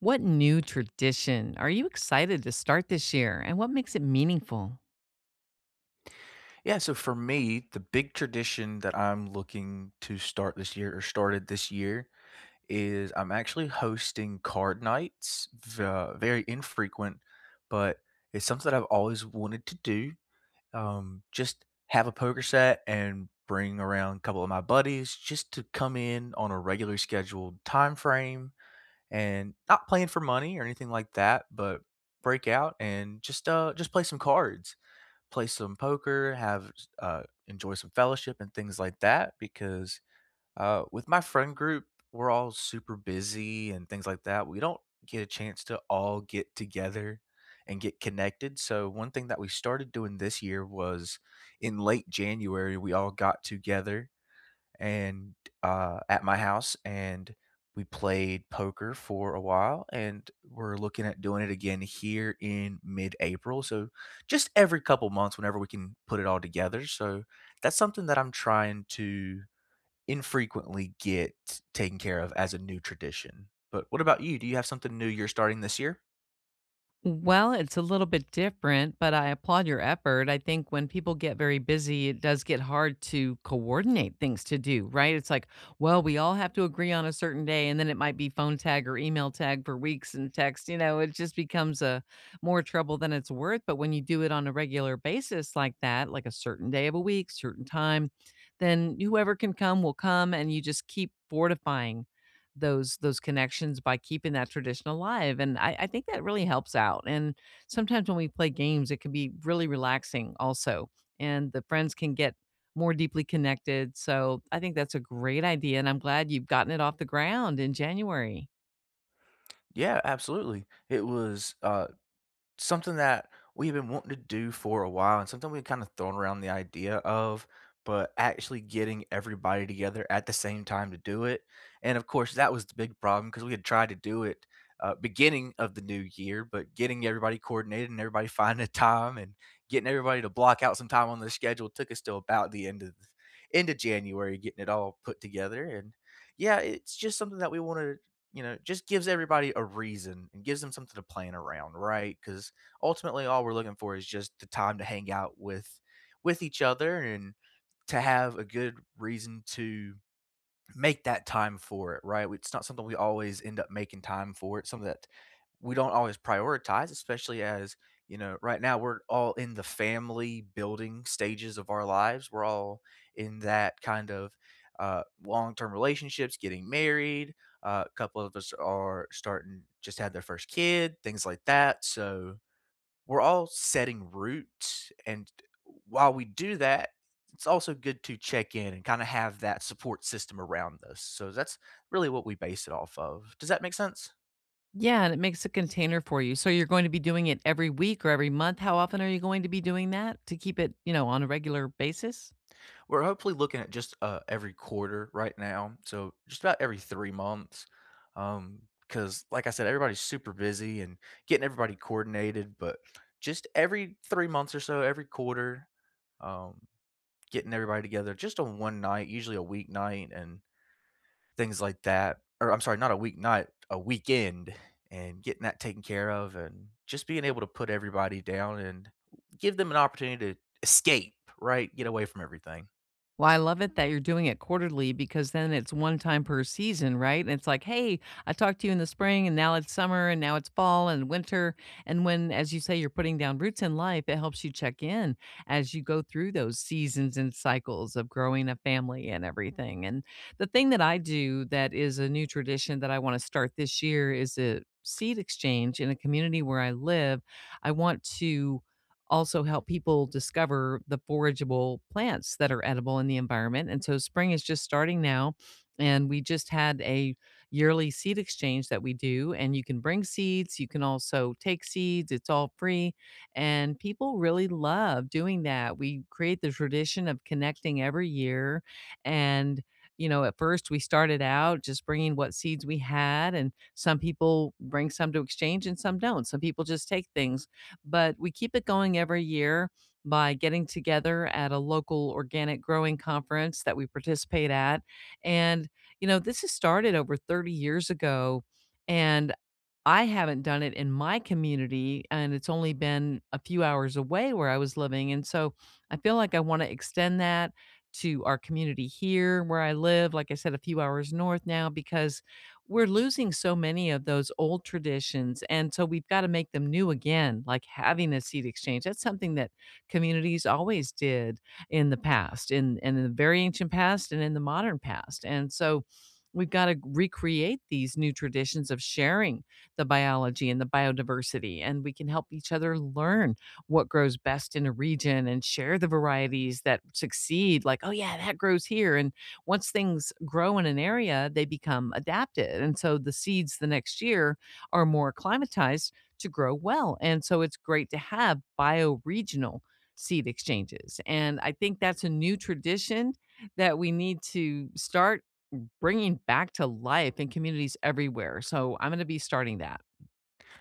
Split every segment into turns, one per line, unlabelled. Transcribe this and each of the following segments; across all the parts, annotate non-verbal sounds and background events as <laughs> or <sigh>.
What new tradition are you excited to start this year, and what makes it meaningful?
Yeah, so for me, the big tradition that I'm looking to start this year or started this year is I'm actually hosting card nights, very infrequent, but it's something that I've always wanted to do. Just have a poker set and bring around a couple of my buddies just to come in on a regular scheduled time frame and not playing for money or anything like that, but break out and just play some cards, play some poker, have enjoy some fellowship and things like that. Because with my friend group, we're all super busy and things like that. We don't get a chance to all get together and get connected. So one thing that we started doing this year was in late January, we all got together and at my house, and we played poker for a while, and we're looking at doing it again here in mid-April. So, just every couple months, whenever we can put it all together. So, that's something that I'm trying to infrequently get taken care of as a new tradition. But what about you? Do you have something new you're starting this year?
Well, it's a little bit different, but I applaud your effort. I think when people get very busy, it does get hard to coordinate things to do, right? It's like, well, we all have to agree on a certain day, and then it might be phone tag or email tag for weeks and text. You know, it just becomes a more trouble than it's worth. But when you do it on a regular basis like that, like a certain day of a week, certain time, then whoever can come will come, and you just keep fortifying those connections by keeping that tradition alive, and I think that really helps out, and sometimes when we play games, it can be really relaxing also, and the friends can get more deeply connected, so I think that's a great idea, and I'm glad you've gotten it off the ground in January.
Yeah, absolutely. It was something that we've been wanting to do for a while and something we've kind of thrown around the idea of, but actually getting everybody together at the same time to do it. And of course, that was the big problem because we had tried to do it beginning of the new year, but getting everybody coordinated and everybody <laughs> finding a time and getting everybody to block out some time on the schedule took us till about the end of January getting it all put together. And yeah, it's just something that we want to, you know, just gives everybody a reason and gives them something to plan around, right? Because ultimately, all we're looking for is just the time to hang out with each other and to have a good reason to make that time for it, right? It's not something we always end up making time for. It's something that we don't always prioritize, especially as, you know, right now we're all in the family building stages of our lives. We're all in that kind of long term relationships, getting married. A couple of us are starting, just had their first kid, things like that. So we're all setting roots. And while we do that, it's also good to check in and kind of have that support system around us. So that's really what we base it off of. Does that make sense?
Yeah, and it makes a container for you, so you're going to be doing it every week or every month, how often are you going to be doing that to keep it, you know, on a regular basis?
We're hopefully looking at just, every quarter right now, so just about every 3 months. Because, like I said, everybody's super busy and getting everybody coordinated, but just every 3 months or so, every quarter, um, getting everybody together just on one night, usually a weeknight and things like that, or I'm sorry, not a weeknight, a weekend, and getting that taken care of and just being able to put everybody down and give them an opportunity to escape, right? Get away from everything.
Well, I love it that you're doing it quarterly because then it's one time per season, right? And it's like, hey, I talked to you in the spring and now it's summer and now it's fall and winter. And when, as you say, you're putting down roots in life, it helps you check in as you go through those seasons and cycles of growing a family and everything. And the thing that I do that is a new tradition that I want to start this year is a seed exchange in a community where I live. I want to also help people discover the forageable plants that are edible in the environment. And so spring is just starting now. And we just had a yearly seed exchange that we do. And you can bring seeds, you can also take seeds, it's all free. And people really love doing that. We create the tradition of connecting every year. And, you know, at first we started out just bringing what seeds we had. And some people bring some to exchange and some don't. Some people just take things, but we keep it going every year by getting together at a local organic growing conference that we participate at. And, you know, this has started over 30 years ago. And I haven't done it in my community, and it's only been a few hours away where I was living. And so I feel like I want to extend that to our community here where I live, like I said, a few hours north now, because we're losing so many of those old traditions. And so we've got to make them new again, like having a seed exchange. That's something that communities always did in the past, in the very ancient past and in the modern past. And so we've got to recreate these new traditions of sharing the biology and the biodiversity. And we can help each other learn what grows best in a region and share the varieties that succeed, like, oh, yeah, that grows here. And once things grow in an area, they become adapted. And so the seeds the next year are more acclimatized to grow well. And so it's great to have bioregional seed exchanges. And I think that's a new tradition that we need to start bringing back to life in communities everywhere. So I'm going to be starting that.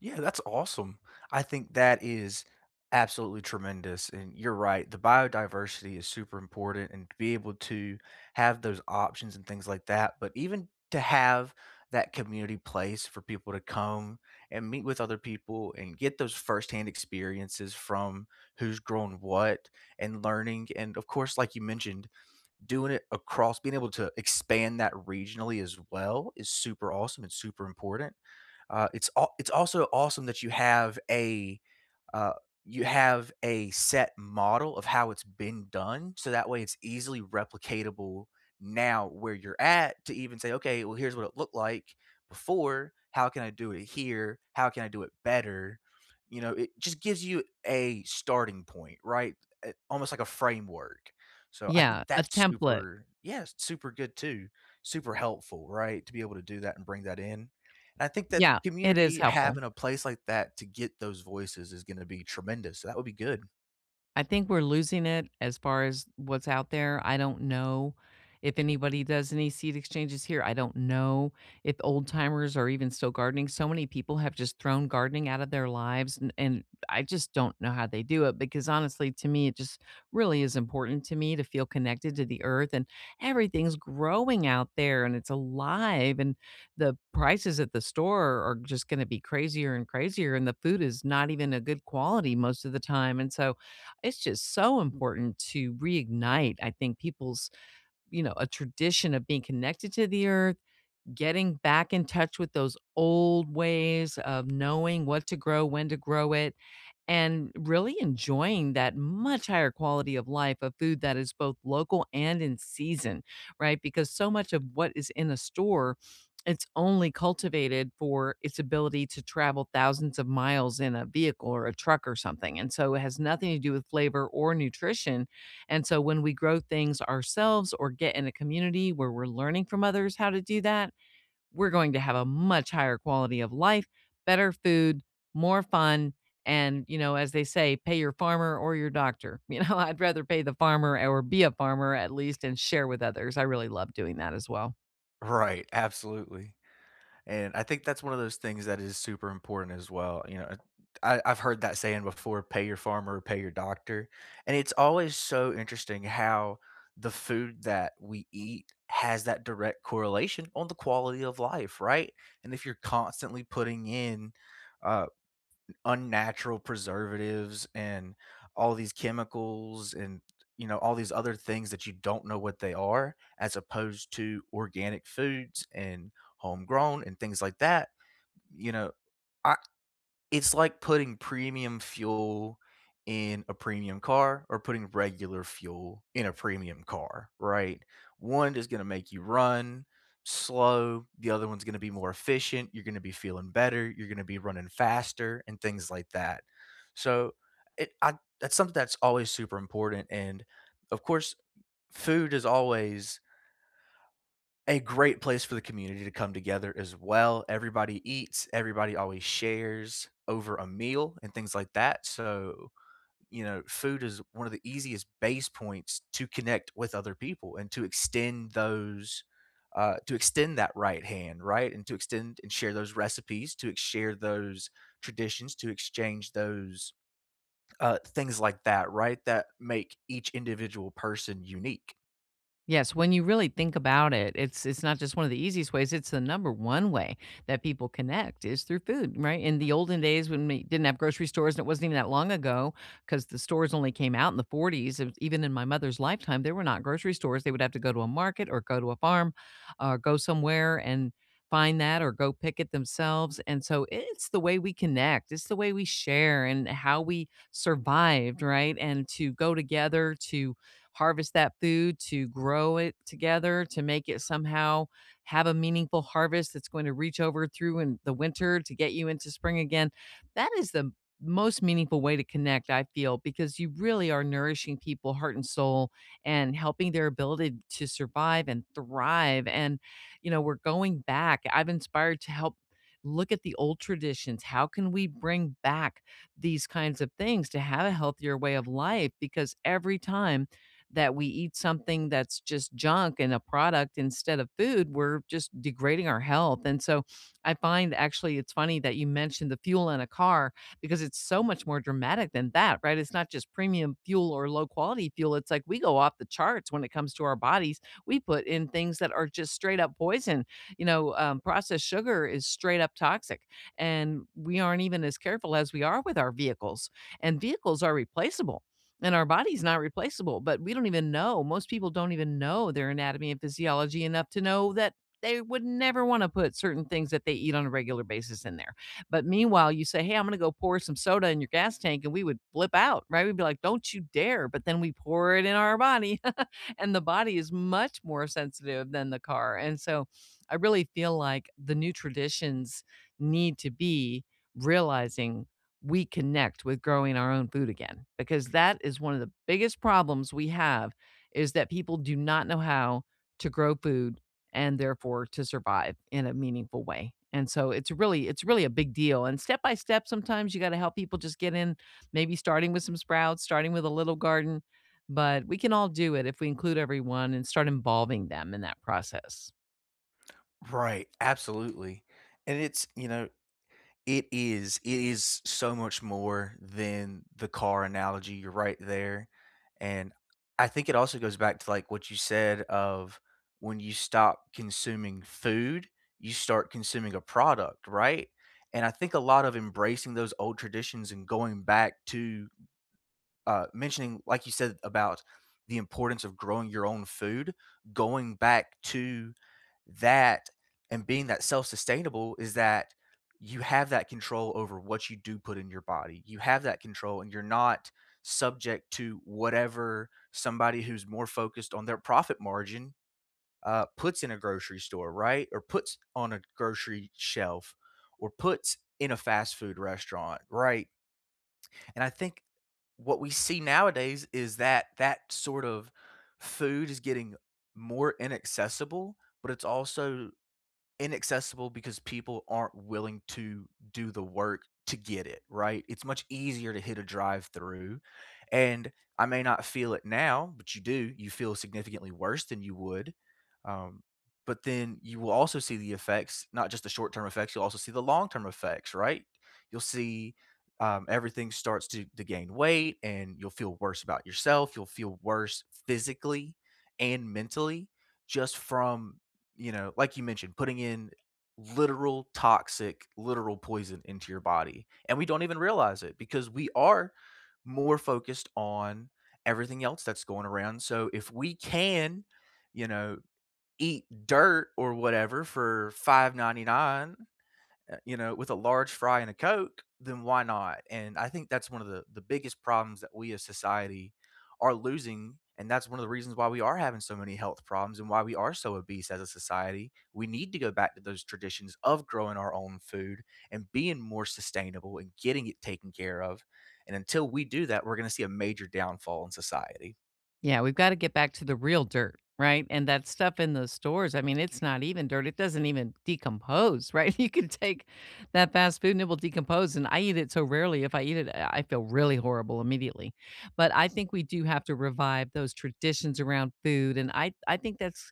Yeah, that's awesome. I think that is absolutely tremendous. And you're right. The biodiversity is super important and to be able to have those options and things like that. But even to have that community place for people to come and meet with other people and get those firsthand experiences from who's grown what and learning. And of course, like you mentioned, doing it across, being able to expand that regionally as well is super awesome and super important. It's also awesome that you have uh, you have a set model of how it's been done, so that way it's easily replicatable now where you're at to even say, "Okay, well, here's what it looked like before. How can I do it here? How can I do it better?" You know, it just gives you a starting point, right? Almost like a framework. So I think
Yeah, a
that's
template.
super good too. Super helpful, right? To be able to do that and bring that in. And I think that
Yeah,
the
it is
community
helpful.
having a place like that to get those voices is gonna be tremendous, so that would be good.
I think we're losing it as far as what's out there. I don't know if anybody does any seed exchanges here. I don't know if old timers are even still gardening. So many people have just thrown gardening out of their lives. And I just don't know how they do it because honestly, to me, it just really is important to me to feel connected to the earth, and everything's growing out there and it's alive. And the prices at the store are just going to be crazier and crazier. And the food is not even a good quality most of the time. And so, it's just so important to reignite, I think, people's, you know, a tradition of being connected to the earth, getting back in touch with those old ways of knowing what to grow, when to grow it, and really enjoying that much higher quality of life of food that is both local and in season, right? Because so much of what is in a store, it's only cultivated for its ability to travel thousands of miles in a vehicle or a truck or something. And so it has nothing to do with flavor or nutrition. And so when we grow things ourselves or get in a community where we're learning from others how to do that, we're going to have a much higher quality of life, better food, more fun. And, you know, as they say, pay your farmer or your doctor. <laughs> You know, I'd rather pay the farmer or be a farmer at least and share with others. I really love doing that as well.
Right, absolutely, and I think that's one of those things that is super important as well, you know, I've heard that saying before, "Pay your farmer, pay your doctor," and it's always so interesting how the food that we eat has that direct correlation on the quality of life, right? And if you're constantly putting in, uh unnatural preservatives and all these chemicals and, you know, all these other things that you don't know what they are, as opposed to organic foods and homegrown and things like that. You know, I it's like putting premium fuel in a premium car or putting regular fuel in a premium car, right? One is gonna make you run slow, the other one's gonna be more efficient, you're gonna be feeling better, you're gonna be running faster, and things like that. So, it I that's something that's always super important, and, of course, food is always a great place for the community to come together as well. Everybody eats, everybody always shares over a meal and things like that. So, you know, food is one of the easiest base points to connect with other people and to extend those to extend that right hand, right? And to extend and share those recipes, share those traditions, to exchange those things like that, right? That make each individual person unique.
Yes, when you really think about it, it's not just one of the easiest ways, it's the number one way that people connect is through food, right? In the olden days when we didn't have grocery stores, and it wasn't even that long ago because the stores only came out in the 40s, it was- even in my mother's lifetime there were not grocery stores. They would have to go to a market or go to a farm or go somewhere and find that or go pick it themselves. And so it's the way we connect, it's the way we share and how we survived, right? And to go together to harvest that food, to grow it together, to make it somehow have a meaningful harvest that's going to reach over through in the winter to get you into spring again. That is the most meaningful way to connect, I feel, because you really are nourishing people heart and soul and helping their ability to survive and thrive. And, you know, we're going back. I've inspired to help look at the old traditions. How can we bring back these kinds of things to have a healthier way of life? Because every time that we eat something that's just junk and a product instead of food, we're just degrading our health. And so I find actually it's funny that you mentioned the fuel in a car because it's so much more dramatic than that, right? It's not just premium fuel or low quality fuel. It's like we go off the charts when it comes to our bodies. We put in things that are just straight up poison. You know, processed sugar is straight up toxic. And we aren't even as careful as we are with our vehicles. And vehicles are replaceable and our body's not replaceable, but we don't even know. Most people don't even know their anatomy and physiology enough to know that they would never want to put certain things that they eat on a regular basis in there. But meanwhile, you say, hey, I'm going to go pour some soda in your gas tank, and we would flip out, right? We'd be like, don't you dare. But then we pour it in our body, <laughs> and the body is much more sensitive than the car. And so I really feel like the new traditions need to be realizing we connect with growing our own food again because that is one of the biggest problems we have is that people do not know how to grow food and therefore to survive in a meaningful way. And so it's really a big deal, and step by step sometimes you got to help people just get in, maybe starting with some sprouts, starting with a little garden, but we can all do it if we include everyone and start involving them in that process.
Right. Absolutely. And it's, you know, it is. It is so much more than the car analogy. You're right there. And I think it also goes back to like what you said of when you stop consuming food, you start consuming a product, right? And I think a lot of embracing those old traditions and going back to mentioning, like you said, about the importance of growing your own food, going back to that and being that self sustainable is that you have that control over what you do put in your body. You have that control and you're not subject to whatever somebody who's more focused on their profit margin puts in a grocery store, right? Or puts on a grocery shelf or puts in a fast food restaurant, right? And I think what we see nowadays is that that sort of food is getting more inaccessible, but it's also inaccessible because people aren't willing to do the work to get it, right? It's much easier to hit a drive through. And I may not feel it now, but you do. You feel significantly worse than you would. Um, but then you will also see the effects, not just the short term effects, you'll also see the long term effects, right? You'll see, everything starts to gain weight and you'll feel worse about yourself. You'll feel worse physically and mentally just from, you know, like you mentioned, putting in literal toxic, literal poison into your body. And we don't even realize it because we are more focused on everything else that's going around. So if we can, you know, eat dirt or whatever for 5.99, you know, with a large fry and a Coke, then why not? And I think that's one of the biggest problems that we as society are losing, and that's one of the reasons why we are having so many health problems and why we are so obese as a society. We need to go back to those traditions of growing our own food and being more sustainable and getting it taken care of. And until we do that, we're going to see a major downfall in society.
Yeah, we've gotta get back to the real dirt, right? And that stuff in the stores, I mean, it's not even dirt, it doesn't even decompose, right? <laughs> You can take that fast food and it will decompose, and I eat it so rarely, if I eat it, I feel really horrible immediately. But I think we do have to revive those traditions around food, and I think that's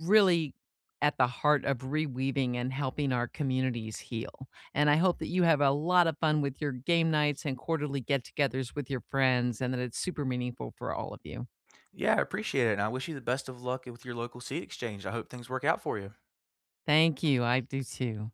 really at the heart of reweaving and helping our communities heal, and I hope that you have a lot of fun with your game nights and quarterly get-togethers with your friends, and that it's super meaningful for all of you.
Yeah, I appreciate it. And I wish you the best of luck with your local seed exchange. I hope things work out for you.
Thank you. I do too.